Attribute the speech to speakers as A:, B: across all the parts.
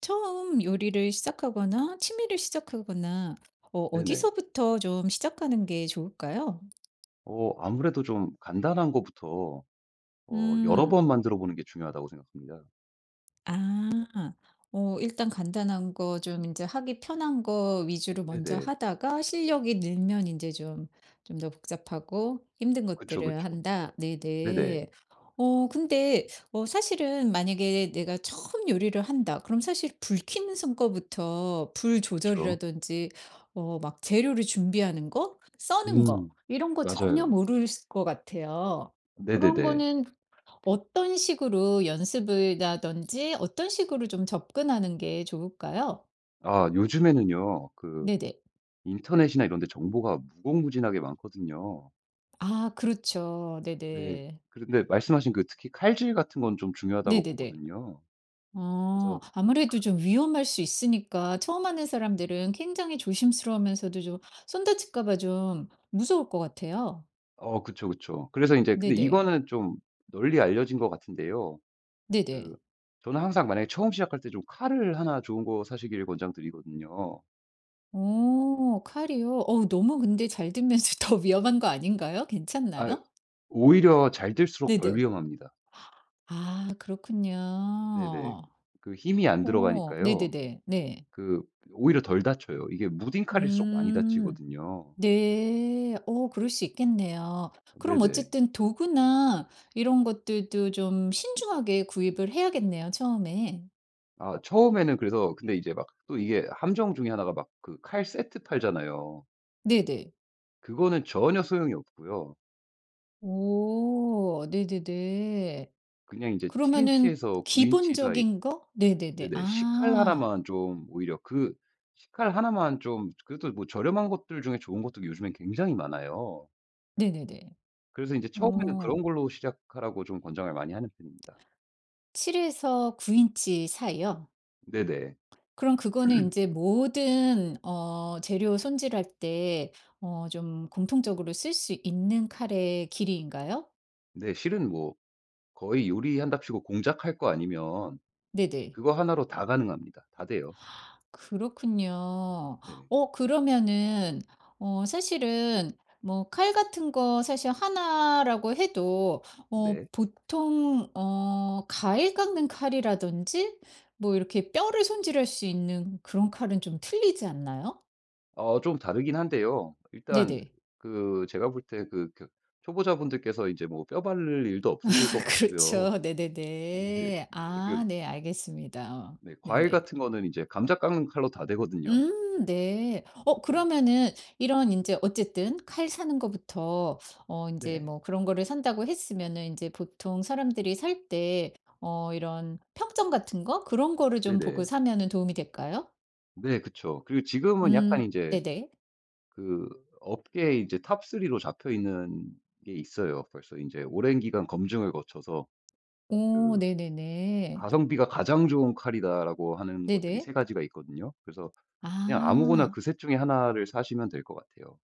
A: 처음 요리를 시작하거나 취미를 시작하거나
B: 네네.
A: 어디서부터 좀 시작하는 게 좋을까요?
B: 아무래도 좀 간단한 거부터 여러
A: 음.
B: 번 만들어 보는 게 중요하다고 생각합니다.
A: 아. 일단 간단한 거 좀 이제 하기 편한 거 위주로 먼저
B: 네네.
A: 하다가 실력이 늘면 이제 좀 좀 더 복잡하고 힘든
B: 그쵸,
A: 것들을
B: 그쵸.
A: 한다.
B: 네네.
A: 네네. 어 근데 사실은 만약에 내가 처음 요리를 한다. 그럼 사실 불 켜는 순간부터 불
B: 그쵸.
A: 조절이라든지 막 재료를 준비하는 거, 써는 거
B: 음
A: 이런 거 전혀
B: 맞아요.
A: 모를 것 같아요. 그런
B: 네네네.
A: 거는 어떤 식으로 연습을라든지 어떤 식으로 좀 접근하는 게 좋을까요?
B: 아 요즘에는요. 그
A: 네네.
B: 인터넷이나 이런 데 정보가 무궁무진하게 많거든요.
A: 아 그렇죠.
B: 네.
A: 네네.
B: 그런데 말씀하신 그 특히 칼질 같은 건 좀 중요하다고
A: 네네네.
B: 보거든요. 그래서
A: 아무래도 좀 위험할 수 있으니까 처음 하는 사람들은 굉장히 조심스러우면서도 좀 손 다칠까 봐 좀 무서울 것 같아요.
B: 그쵸, 그쵸. 그래서 이제 근데
A: 네네.
B: 이거는 좀 널리 알려진 것 같은데요.
A: 네네.
B: 그 저는 항상 만약에 처음 시작할 때 좀 칼을 하나 좋은 거 사시길 권장드리거든요.
A: 오 칼이요? 어우 너무 근데 잘 들면서 더 위험한 거 아닌가요?
B: 아
A: 괜찮나요?
B: 오히려 잘 들수록 덜
A: 네네.
B: 위험합니다.
A: 아
B: 네네.
A: 그렇군요.
B: 그 힘이 안
A: 오
B: 들어가니까요.
A: 네네네. 네.
B: 그 오히려 덜 다쳐요. 이게 무딘 칼일수록 많이
A: 음.
B: 다치거든요.
A: 네. 그럴 수 있겠네요. 그럼
B: 네네.
A: 어쨌든 도구나 이런 것들도 좀 신중하게 구입을 해야겠네요, 처음에.
B: 아 처음에는 그래서 근데 이제 막 또 이게 함정 중에 하나가 막 그 칼 세트 팔잖아요.
A: 네네.
B: 그거는 전혀 소용이 없고요.
A: 오. 네네네.
B: 그냥 이제7
A: 그러면은
B: 인치에서 9 인치 사이.
A: 기본적인 거? 네네네.
B: 네네. 식칼
A: 아.
B: 하나만 좀 오히려 식칼 하나만 좀 그래도 뭐 저렴한 것들 중에 좋은 것도 요즘엔 굉장히 많아요.
A: 네네네.
B: 그래서 인제 처음에는
A: 어.
B: 그런 걸로 시작하라고 좀 권장을 많이 하는 편입니다.
A: 7에서 9 인치 사이요?
B: 네네.
A: 그럼 그거는 인제 모든 어 재료 손질할 때 좀 공통적으로 쓸 수 있는 칼의 길이인가요?
B: 네 실은 뭐 거의 요리한답시고 공작 할 거 아니면
A: 네네.
B: 그거 하나로 다 가능합니다. 다 돼요.
A: 그렇군요.
B: 네.
A: 어 그러면은 어 사실은 뭐 칼 같은 거 사실 하나라고 해도
B: 네.
A: 보통 어 과일 깎는 칼이라든지 뭐 이렇게 뼈를 손질할 수 있는 그런 칼은 좀 틀리지 않나요?
B: 좀 다르긴 한데요. 일단
A: 네네.
B: 그 제가 볼 때 그 초보자분들께서 이제 뭐 뼈 바를 일도 없으실 것
A: 아,
B: 같고요.
A: 그렇죠.
B: 네.
A: 네네네. 아
B: 그
A: 네 알겠습니다.
B: 네. 과일
A: 네네.
B: 같은 거는 이제 감자 깎는 칼로 다 되거든요.
A: 네. 어
B: 예. 네.
A: 그러면은 이런 이제 어쨌든 칼 사는 거부터 이제
B: 네.
A: 뭐 그런 거를 산다고 했으면은 이제 보통 사람들이 살 때 이런 평점 같은 거 그런 거를 좀 보고
B: 네네.
A: 사면은 도움이 될까요?
B: 네 그쵸. 그리고 지금은 약간
A: 음
B: 이제
A: 네네.
B: 그 업계에 이제 톱 3 로 잡혀 있는 게 있어요. 벌써 이제 오랜 기간 검증을 거쳐서
A: 오
B: 그
A: 네네네.
B: "가성비가 가장 좋은 칼이다."라고 하는 것들이
A: 네네.
B: 세 가지가 있거든요. 그래서 그냥 아무거나
A: 아.
B: 그 셋 중에 하나를 사시면 될 것 같아요.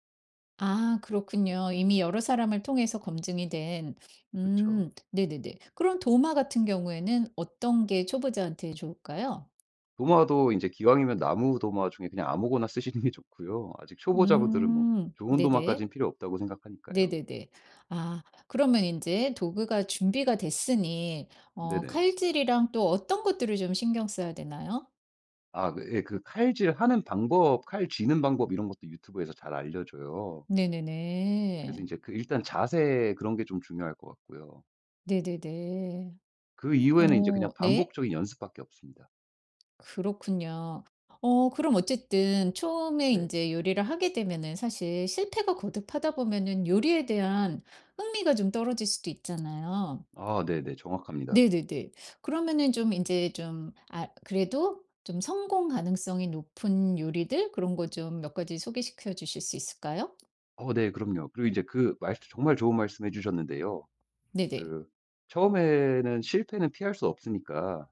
A: 아 그렇군요. 이미 여러 사람을 통해서 검증이 된
B: 그쵸.
A: 네네네. 그럼 도마 같은 경우에는 어떤 게 초보자한테 좋을까요?
B: 도마도 이제 기왕이면 나무 도마 중에 그냥 아무거나 쓰시는 게 좋고요. 아직 초보자분들은 뭐 좋은 도마까지는
A: 네네.
B: 필요 없다고 생각하니까요.
A: 네네네. 아 그러면 이제 도구가 준비가 됐으니
B: 네네.
A: 칼질이랑 또 어떤 것들을 좀 신경 써야 되나요?
B: 아 그 예 그 칼질하는 방법, 칼 쥐는 방법 이런 것도 유튜브에서 잘 알려줘요. 그래서 이
A: 네네네.
B: 제 그 일단 자세 그런 게 좀 중요할 것 같고요.
A: 네네네.
B: 그 이후에는 이제 그냥
A: 오, 네.
B: 반복적인 연습밖에 없습니다.
A: 그렇군요. 그럼 어쨌든 처음에
B: 네.
A: 인제 요리를 하게 되면은 사실 실패가 거듭하다 보면은 요리에 대한 흥미가 좀 떨어질 수도 있잖아요.
B: 아 네네. 정확합니다.
A: 네네네. 그러면은 좀 인제 좀 아 그래도 좀 성공 가능성이 높은 요리들 그런 거 좀 몇 가지 소개시켜 주실 수 있을까요?
B: 네 그럼요. 그리고 이제 그 말씀 정말 좋은 말씀해 주셨는데요.
A: 네네.
B: 그 처음에는 실패는 피할 수 없으니까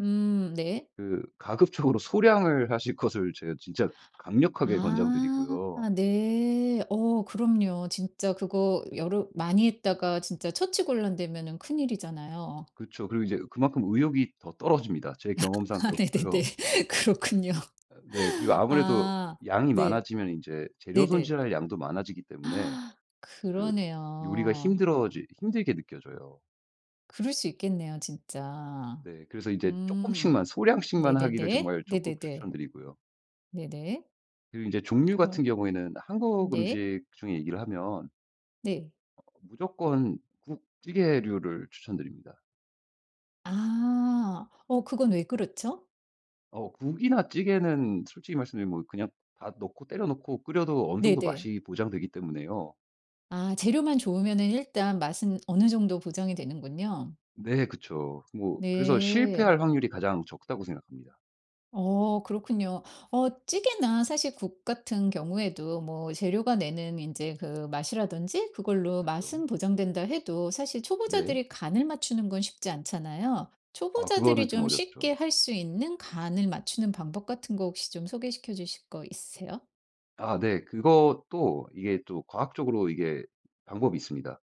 A: 네.
B: 그 가급적으로 소량을 하실 것을 제가 진짜 강력하게
A: 아
B: 권장드리고요.
A: 네. 어 그럼요. 진짜 그거 여러 많이 했다가 진짜 처치곤란되면은 큰일이잖아요.
B: 그쵸. 그리고 이제 그만큼 의욕이 더 떨어집니다. 제 경험상
A: 아
B: 그렇고요.
A: 네네네. 그렇군요.
B: 네. 그리고 아무래도
A: 아
B: 양이
A: 네.
B: 많아지면 인제 재료
A: 네네.
B: 손질할 양도 많아지기 때문에
A: 아,
B: 그 요리가
A: 그러네요.
B: 힘들어지 힘들게 느껴져요.
A: 그럴 수 있겠네요 진짜.
B: 네. 그래서 인제
A: 음.
B: 쪼끔씩만 소량씩만 하기를
A: 네네네.
B: 정말 적극
A: 네네네.
B: 추천드리고요.
A: 네네.
B: 그리고 인제 종류 같은
A: 그럼
B: 경우에는 한국
A: 네.
B: 음식 중에 얘기를 하면
A: 네.
B: 무조건 국, 찌개류를 추천드립니다.
A: 아. 그건 왜 그렇죠?
B: 어 국이나 찌개는 솔직히 말씀드리면 뭐 그냥 다 넣고 때려 넣고 끓여도 어느 정도
A: 네네.
B: 맛이 보장되기 때문에요.
A: 아 재료만 좋으면은 일단 맛은 어느 정도 보장이 되는군요.
B: 네 그쵸. 뭐 그래서 실패할
A: 네.
B: 확률이 가장 적다고 생각합니다.
A: 어 그렇군요. 찌개나 사실 국 같은 경우에도 뭐 재료가 내는 이제 그 맛이라든지 그걸로
B: 그쵸.
A: 맛은 보장된다 해도 사실
B: 네.
A: 초보자들이 간을 맞추는 건 쉽지 않잖아요.
B: 아 그거는
A: 초보자들이
B: 좀
A: 좀
B: 어렵죠.
A: 쉽게 할 수 있는 간을 맞추는 방법 같은 거 혹시 좀 소개시켜 주실 거 있으세요?
B: 아 네. 그것도 이게 또 과학적으로 이게 방법이 있습니다.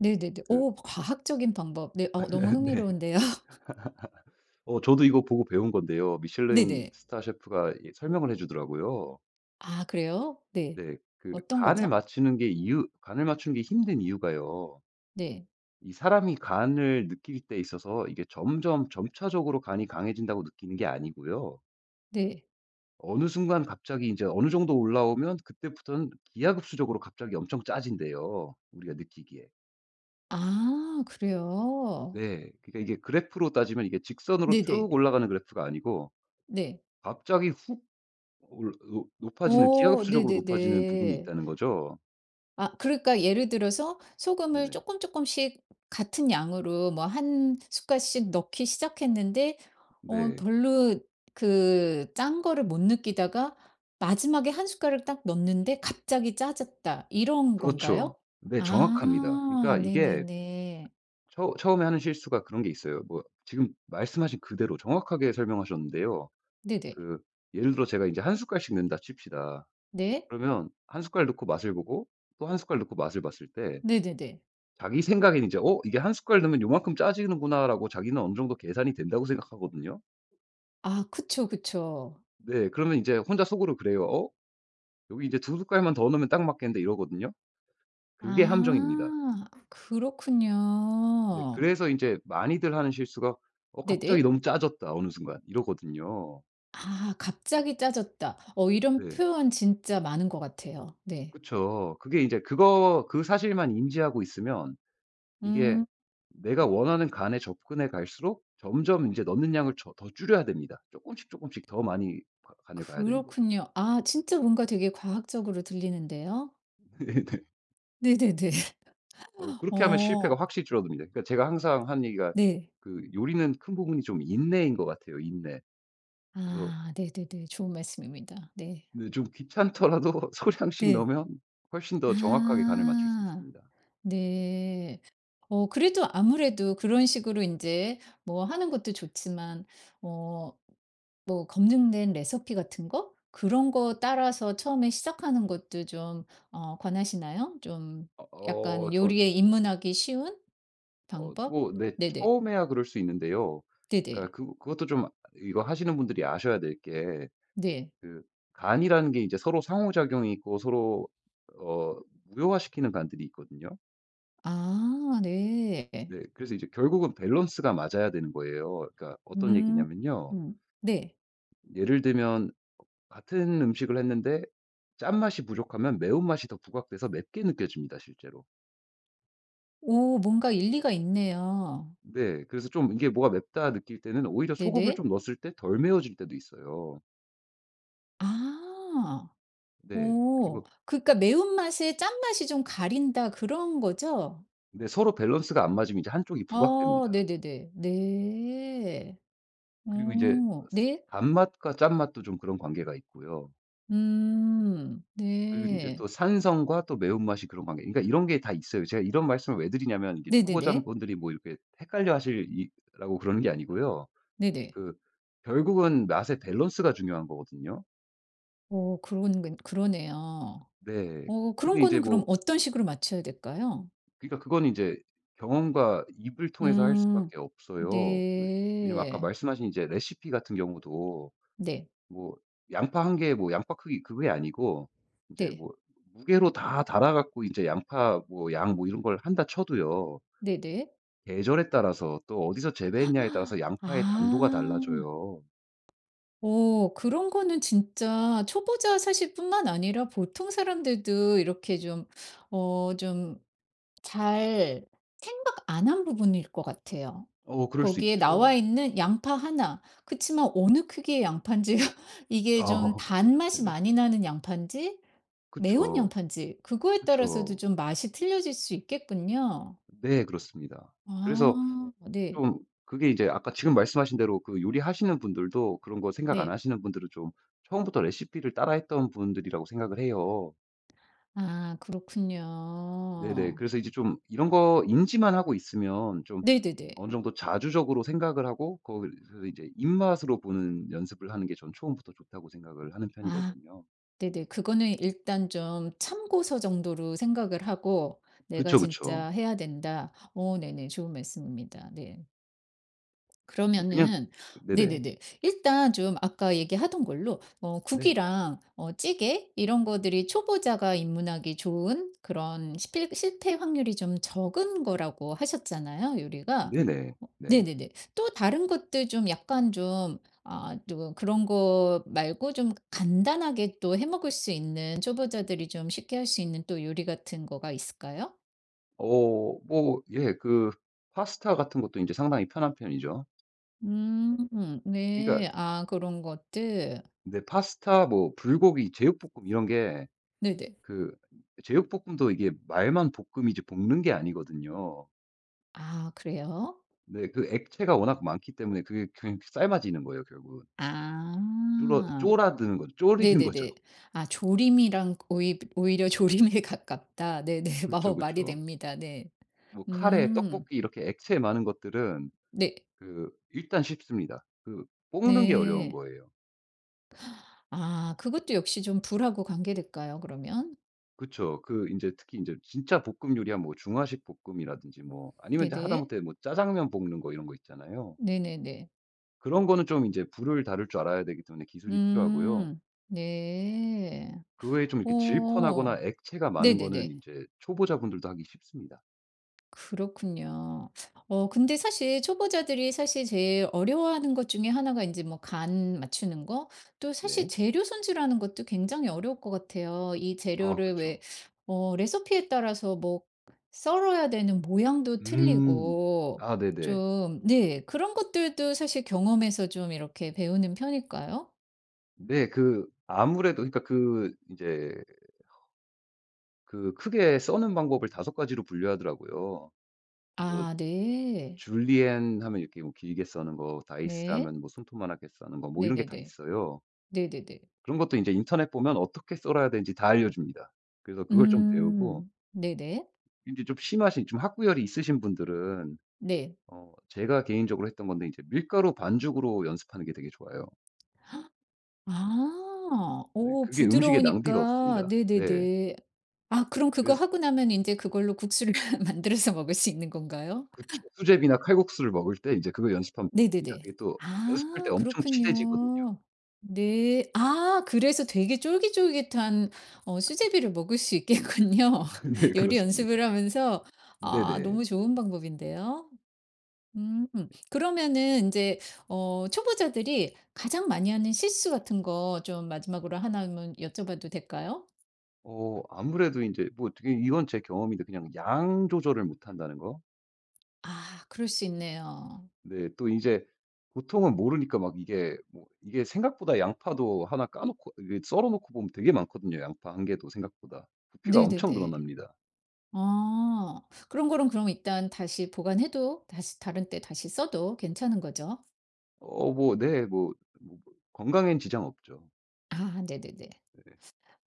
A: 네네네.
B: 그
A: 오 과학적인 방법. 네. 너무
B: 네.
A: 흥미로운데요.
B: 저도 이거 보고 배운 건데요. 미슐랭
A: 네네.
B: 스타 셰프가 이 설명을 해 주더라고요.
A: 아 그래요? 네.
B: 네. 그
A: 어떤 거죠?
B: 간을 맞추는 게 힘든 이유가요.
A: 네.
B: 이 사람이 간을 느낄 때 있어서 이게 점점 점차적으로 간이 강해진다고 느끼는 게 아니고요.
A: 네.
B: 어느 순간 갑자기 이제 어느 정도 올라오면 그때부터는 기하급수적으로 갑자기 엄청 짜진대요, 우리가 느끼기에.
A: 아 그래요?
B: 네. 그러니까 이게 그래프로 따지면 이게 직선으로
A: 네네.
B: 쭉 올라가는 그래프가 아니고
A: 네.
B: 갑자기 훅 올 높 높아지는
A: 어
B: 기하급수적으로 높아지는 부분이
A: 네네네.
B: 있다는 거죠.
A: 아 그러니까 예를 들어서 소금을
B: 네네.
A: 조금 조금씩 같은 양으로 뭐 한 숟갈씩 넣기 시작했는데 어
B: 네.
A: 별로 그 짠 거를 못 느끼다가 마지막에 한 숟갈을 딱 넣는데 갑자기 짜졌다 이런
B: 그렇죠.
A: 건가요?
B: 네 정확합니다. 그러니까
A: 아
B: 이게
A: 네네네.
B: 처 처음에 하는 실수가 그런 게 있어요. 뭐 지금 말씀하신 그대로 정확하게 설명하셨는데요.
A: 네네.
B: 그 예를 들어 제가 인제 한 숟갈씩 넣는다 칩시다.
A: 네.
B: 그러면 한 숟갈 넣고 맛을 보고 또 한 숟갈 넣고 맛을 봤을 때
A: 네네네.
B: 자기 생각엔 이제 '어 이게 한 숟갈 넣으면 요만큼 짜지는구나.'라고 자기는 어느 정도 계산이 된다고 생각하거든요.
A: 아 그쵸, 그쵸.
B: 네. 그러면 인제 혼자 속으로 그래요. '어 여기 이제 두 숟갈만 더 넣으면 딱 맞겠는데.' 이러거든요. 그게 함정입니다.
A: 아
B: 네.
A: 그렇군요.
B: 그래서 인제 많이들 하는 실수가 '어 갑자기
A: 네네.
B: 너무 짜졌다 어느 순간.' 이러거든요.
A: 아 갑자기 짜졌다. 이런
B: 네.
A: 표현 진짜 많은 것 같아요. 네.
B: 그쵸. 그게 이제 그거 그 사실만 인지하고 있으면 이게
A: 음
B: 내가 원하는 간에 접근해 갈수록 점점 인제 넣는 양을 더 줄여야 됩니다. 쪼끔씩, 쪼끔씩 더 많이 가 간을 봐야 되는 거죠.
A: 그렇군요. 아 진짜 뭔가 되게 과학적으로 들리는데요.
B: 네네.
A: 네네네.
B: 어 그렇게 하면 실패가
A: 어
B: 확실히 줄어듭니다. 그러니까 제가 항상 하는 얘기가
A: 네.
B: 그 요리는 큰 부분이 좀 인내인 것 같아요, 인내. 그래서
A: 아 네네네. 좋은 말씀입니다. 네.
B: 근데 좀 귀찮더라도 소량씩
A: 네.
B: 넣으면 훨씬 더 정확하게 간을 맞출 수
A: 아.
B: 있습니다.
A: 네. 그래도 아무래도 그런 식으로 이제 뭐 하는 것도 좋지만 어 뭐 검증된 레시피 같은 거 그런 거 따라서 처음에 시작하는 것도 좀 권하시나요? 좀
B: 어 어
A: 약간
B: 전
A: 요리에 입문하기 쉬운
B: 어
A: 방법?
B: 뭐 네
A: 네네.
B: 처음에야 그럴 수 있는데요. 그러니까
A: 네네.
B: 그 그것도 좀 이거 하시는 분들이 아셔야 될 게
A: 네.
B: 그 간이라는 게 이제 서로 상호작용이 있고 서로 어 무효화시키는 간들이 있거든요.
A: 아 네.
B: 네. 그래서 이제 결국은 밸런스가 맞아야 되는 거예요. 그러니까 어떤
A: 음.
B: 얘기냐면요.
A: 음. 네.
B: 예를 들면 같은 음식을 했는데 짠맛이 부족하면 매운맛이 더 부각돼서 맵게 느껴집니다, 실제로.
A: 오 뭔가 일리가 있네요.
B: 네. 그래서 좀 이게 뭐가 맵다 느낄 때는 오히려 소금을
A: 네네.
B: 좀 넣었을 때 덜 매워질 때도 있어요.
A: 아.
B: 네.
A: 오.
B: 그리고
A: 그러니까 매운맛에 짠맛이 좀 가린다 그런 거죠?
B: 근데 서로 밸런스가 안 맞으면 이제 한쪽이
A: 어
B: 부각됩니다.
A: 네네네. 네.
B: 그리고 이제
A: 오 네.
B: 단맛과 짠맛도 좀 그런 관계가 있고요. 그리고 인제
A: 네.
B: 또 산성과 또 매운맛이 그런 관계, 그러니까 이런 게 다 있어요. 제가 이런 말씀을 왜 드리냐면 이게
A: 네네네.
B: 초보자분들이 뭐 이렇게 헷갈려 하실 이 라고 그러는 게 아니고요.
A: 네네.
B: 그 결국은 맛의 밸런스가 중요한 거거든요.
A: 오 그런 건 그러네요.
B: 네.
A: 오, 그런
B: 근데 인제
A: 거는 그럼
B: 뭐
A: 어떤 식으로 맞춰야 될까요?
B: 그러니까 그건 인제 경험과 입을 통해서 할
A: 음.
B: 수밖에 없어요. 왜 왜냐면 아까
A: 네.
B: 말씀하신 이제 레시피 같은 경우도
A: 네.
B: 뭐 양파 한 개 뭐 양파 크기 그게 아니고 인제
A: 네.
B: 뭐 무게로 다 달아 갖고 인제 양파 뭐 양 뭐 이런 걸 한다 쳐도요.
A: 네네.
B: 계절에 따라서 또 어디서 재배했냐에 따라서 양파의 당도가
A: 아.
B: 달라져요.
A: 그런 거는 진짜 초보자 사실 뿐만 아니라 보통 사람들도 이렇게 좀 어 좀 잘 생각 안 한 부분일 것 같아요.
B: 어 그럴 수
A: 거기에
B: 있죠.
A: 나와 있는 양파 하나, 그치만 어느 크기의 양파인지 이게 좀
B: 어
A: 단맛이
B: 네네.
A: 많이 나는 양파인지 매운
B: 그쵸.
A: 양파인지 그거에 따라서도
B: 그쵸.
A: 좀 맛이 틀려질 수 있겠군요.
B: 네 그렇습니다. 그래서
A: 아 네.
B: 좀 그게 이제 아까 지금 말씀하신 대로 그 요리하시는 분들도 그런 거 생각 안
A: 네.
B: 하시는 분들은 좀 처음부터 레시피를 따라했던 분들이라고 생각을 해요.
A: 아
B: 네네.
A: 그렇군요.
B: 그래서 이제 좀 이런 거 인지만 하고 있으면 좀
A: 네네네.
B: 어느 정도 자주적으로 생각을 하고 거기서 이제 입맛으로 보는 연습을 하는 게 전 처음부터 좋다고 생각을 하는
A: 아.
B: 편이거든요.
A: 네네. 그거는 일단 좀 참고서 정도로 생각을 하고 '내가
B: 그쵸, 그쵸.
A: 진짜 해야 된다.' 어 네네. 좋은 말씀입니다. 네.
B: 네 그냥
A: 그러면은
B: 네네.
A: 네네네. 일단 좀 아까 얘기하던 걸로 어
B: 네.
A: 국이랑 어 찌개 이런 것들이 초보자가 입문하기 좋은 그런 실패 확률이 좀 적은 거라고 하셨잖아요, 요리가.
B: 네네.
A: 어
B: 네.
A: 네네네. 또 다른 것들 좀 약간 좀 아 또 그런 거 말고 좀 간단하게 또 해 먹을 수 있는 초보자들이 좀 쉽게 할 수 있는 또 요리 같은 거가 있을까요?
B: 뭐 예 그 파스타 같은 것도 인제 상당히 편한 편이죠.
A: 음
B: 그러니까
A: 네. 아 그런 것들.
B: 네 파스타 뭐 불고기, 제육볶음 이런 게
A: 네네.
B: 그 제육볶음도 이게 말만 볶음이지 볶는 게 아니거든요.
A: 아 그래요?
B: 네 그 액체가 워낙 많기 때문에 그게 그냥 삶아지는 거예요 결국은. 줄어
A: 아.
B: 졸아드는 거죠. 졸이는 거죠.
A: 네네네. 아 조림이랑 오히려 조림에 가깝다. 네네. 마
B: 그쵸,
A: 어 말이
B: 그쵸.
A: 됩니다. 네.
B: 뭐 카레,
A: 음.
B: 떡볶이 이렇게 액체 많은 것들은
A: 네.
B: 그 일단 쉽습니다. 그 볶는 게 어려운
A: 네.
B: 거예요.
A: 아 그것도 역시 좀 불하고 관계될까요 그러면?
B: 그쵸. 그 이제 특히 이제 진짜 볶음 요리하면 뭐 중화식 볶음이라든지 뭐 아니면 이제
A: 네네.
B: 하다못해 뭐 짜장면 볶는 거 이런 거 있잖아요.
A: 네네네.
B: 그런 거는 좀 이제 불을 다룰 줄 알아야 되기 때문에 기술이 필요하고요.
A: 음. 네.
B: 그 외에 좀 이렇게
A: 오
B: 질펀하거나 액체가 많은 거는
A: 네네네.
B: 이제 초보자분들도 하기 쉽습니다.
A: 그렇군요. 근데 사실 초보자들이 사실 제일 어려워하는 것 중에 하나가 이제 뭐 간 맞추는 거 또 사실
B: 네.
A: 재료 손질하는 것도 굉장히 어려울 것 같아요. 이
B: 아
A: 재료를
B: 그쵸.
A: 왜 레시피에 따라서 뭐 썰어야 되는 모양도
B: 음.
A: 틀리고
B: 아 네네.
A: 좀 네 그런 것들도 사실 경험에서 좀 이렇게 배우는 편일까요?
B: 네. 그 아무래도 그러니까 그 이제 그 크게 써는 방법을 다섯 가지로 분류하더라고요. 뭐
A: 아 네.
B: 줄리엔 하면 이렇게 뭐 길게 써는 거 다이스
A: 네.
B: 하면 뭐 손톱만하게 써는 거 뭐 이런 게 다
A: 네네네.
B: 있어요.
A: 네네네.
B: 그런 것도 인제 인터넷 보면 어떻게 썰어야 되는지 다 알려줍니다. 그래서 그걸 좀 배우고
A: 음. 네네.
B: 인제 좀 심하신 좀 학구열이 있으신 분들은
A: 네.
B: 제가 개인적으로 했던 건데 이제 밀가루 반죽으로 연습하는 게 되게 좋아요.
A: 아.
B: 네
A: 오
B: 그게 음식에 낭비가
A: 부드러우니까
B: 없습니다. 네.
A: 네네네. 아 그럼 그거
B: 그래서
A: 하고 나면 인제 그걸로 국수를 만들어서 먹을 수 있는 건가요?
B: 그쵸. 수제비나 칼국수를 먹을 때 인제 그거 연습하면 됩니다.
A: 네네네.
B: 그게 또 연습할 때
A: 아
B: 엄청 칠해지거든요.
A: 그렇군요. 네. 아 그래서 되게 쫄깃쫄깃한 수제비를 먹을 수 있겠군요.
B: 네
A: 요리
B: 그렇습니다.
A: 연습을 하면서. 아
B: 네네.
A: 너무 좋은 방법인데요. 음. 그러면은 이제 초보자들이 가장 많이 하는 실수 같은 거 좀 마지막으로 하나만 여쭤봐도 될까요?
B: 어 아무래도 이제 뭐 어떻게 이건 제 경험인데 그냥 양 조절을 못 한다는 거.
A: 아 그럴 수 있네요.
B: 네. 또 이제 보통은 모르니까 막 이게 뭐 이게 생각보다 양파도 하나 까 놓고 이게 썰어 놓고 보면 되게 많거든요, 양파 한 개도 생각보다. 부피가 엄청
A: 네네네.
B: 늘어납니다.
A: 아. 그런 거는 그럼 일단 다시 보관해도 다시 다른 때 다시 써도 괜찮은 거죠?
B: 뭐네 뭐 건강엔 지장 없죠.
A: 아 네네네.
B: 네.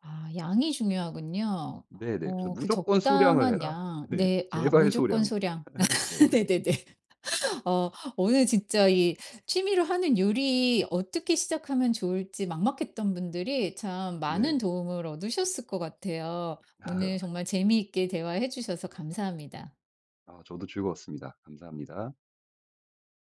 A: 아 양이 중요하군요.
B: 네네. 그래서
A: 어 그
B: "무조건 소량을
A: 적당한
B: 해라."
A: 양.
B: 네.
A: 네. 아
B: 제발
A: 무조건
B: 소량.
A: 소량.
B: 네네. 네.
A: 네네네. 어 오늘 진짜 이 취미로 하는 요리 어떻게 시작하면 좋을지 막막했던 분들이 참 많은
B: 네.
A: 도움을 얻으셨을 것 같아요. 오늘 정말 재미있게 대화해 주셔서 감사합니다.
B: 아 저도 즐거웠습니다. 감사합니다.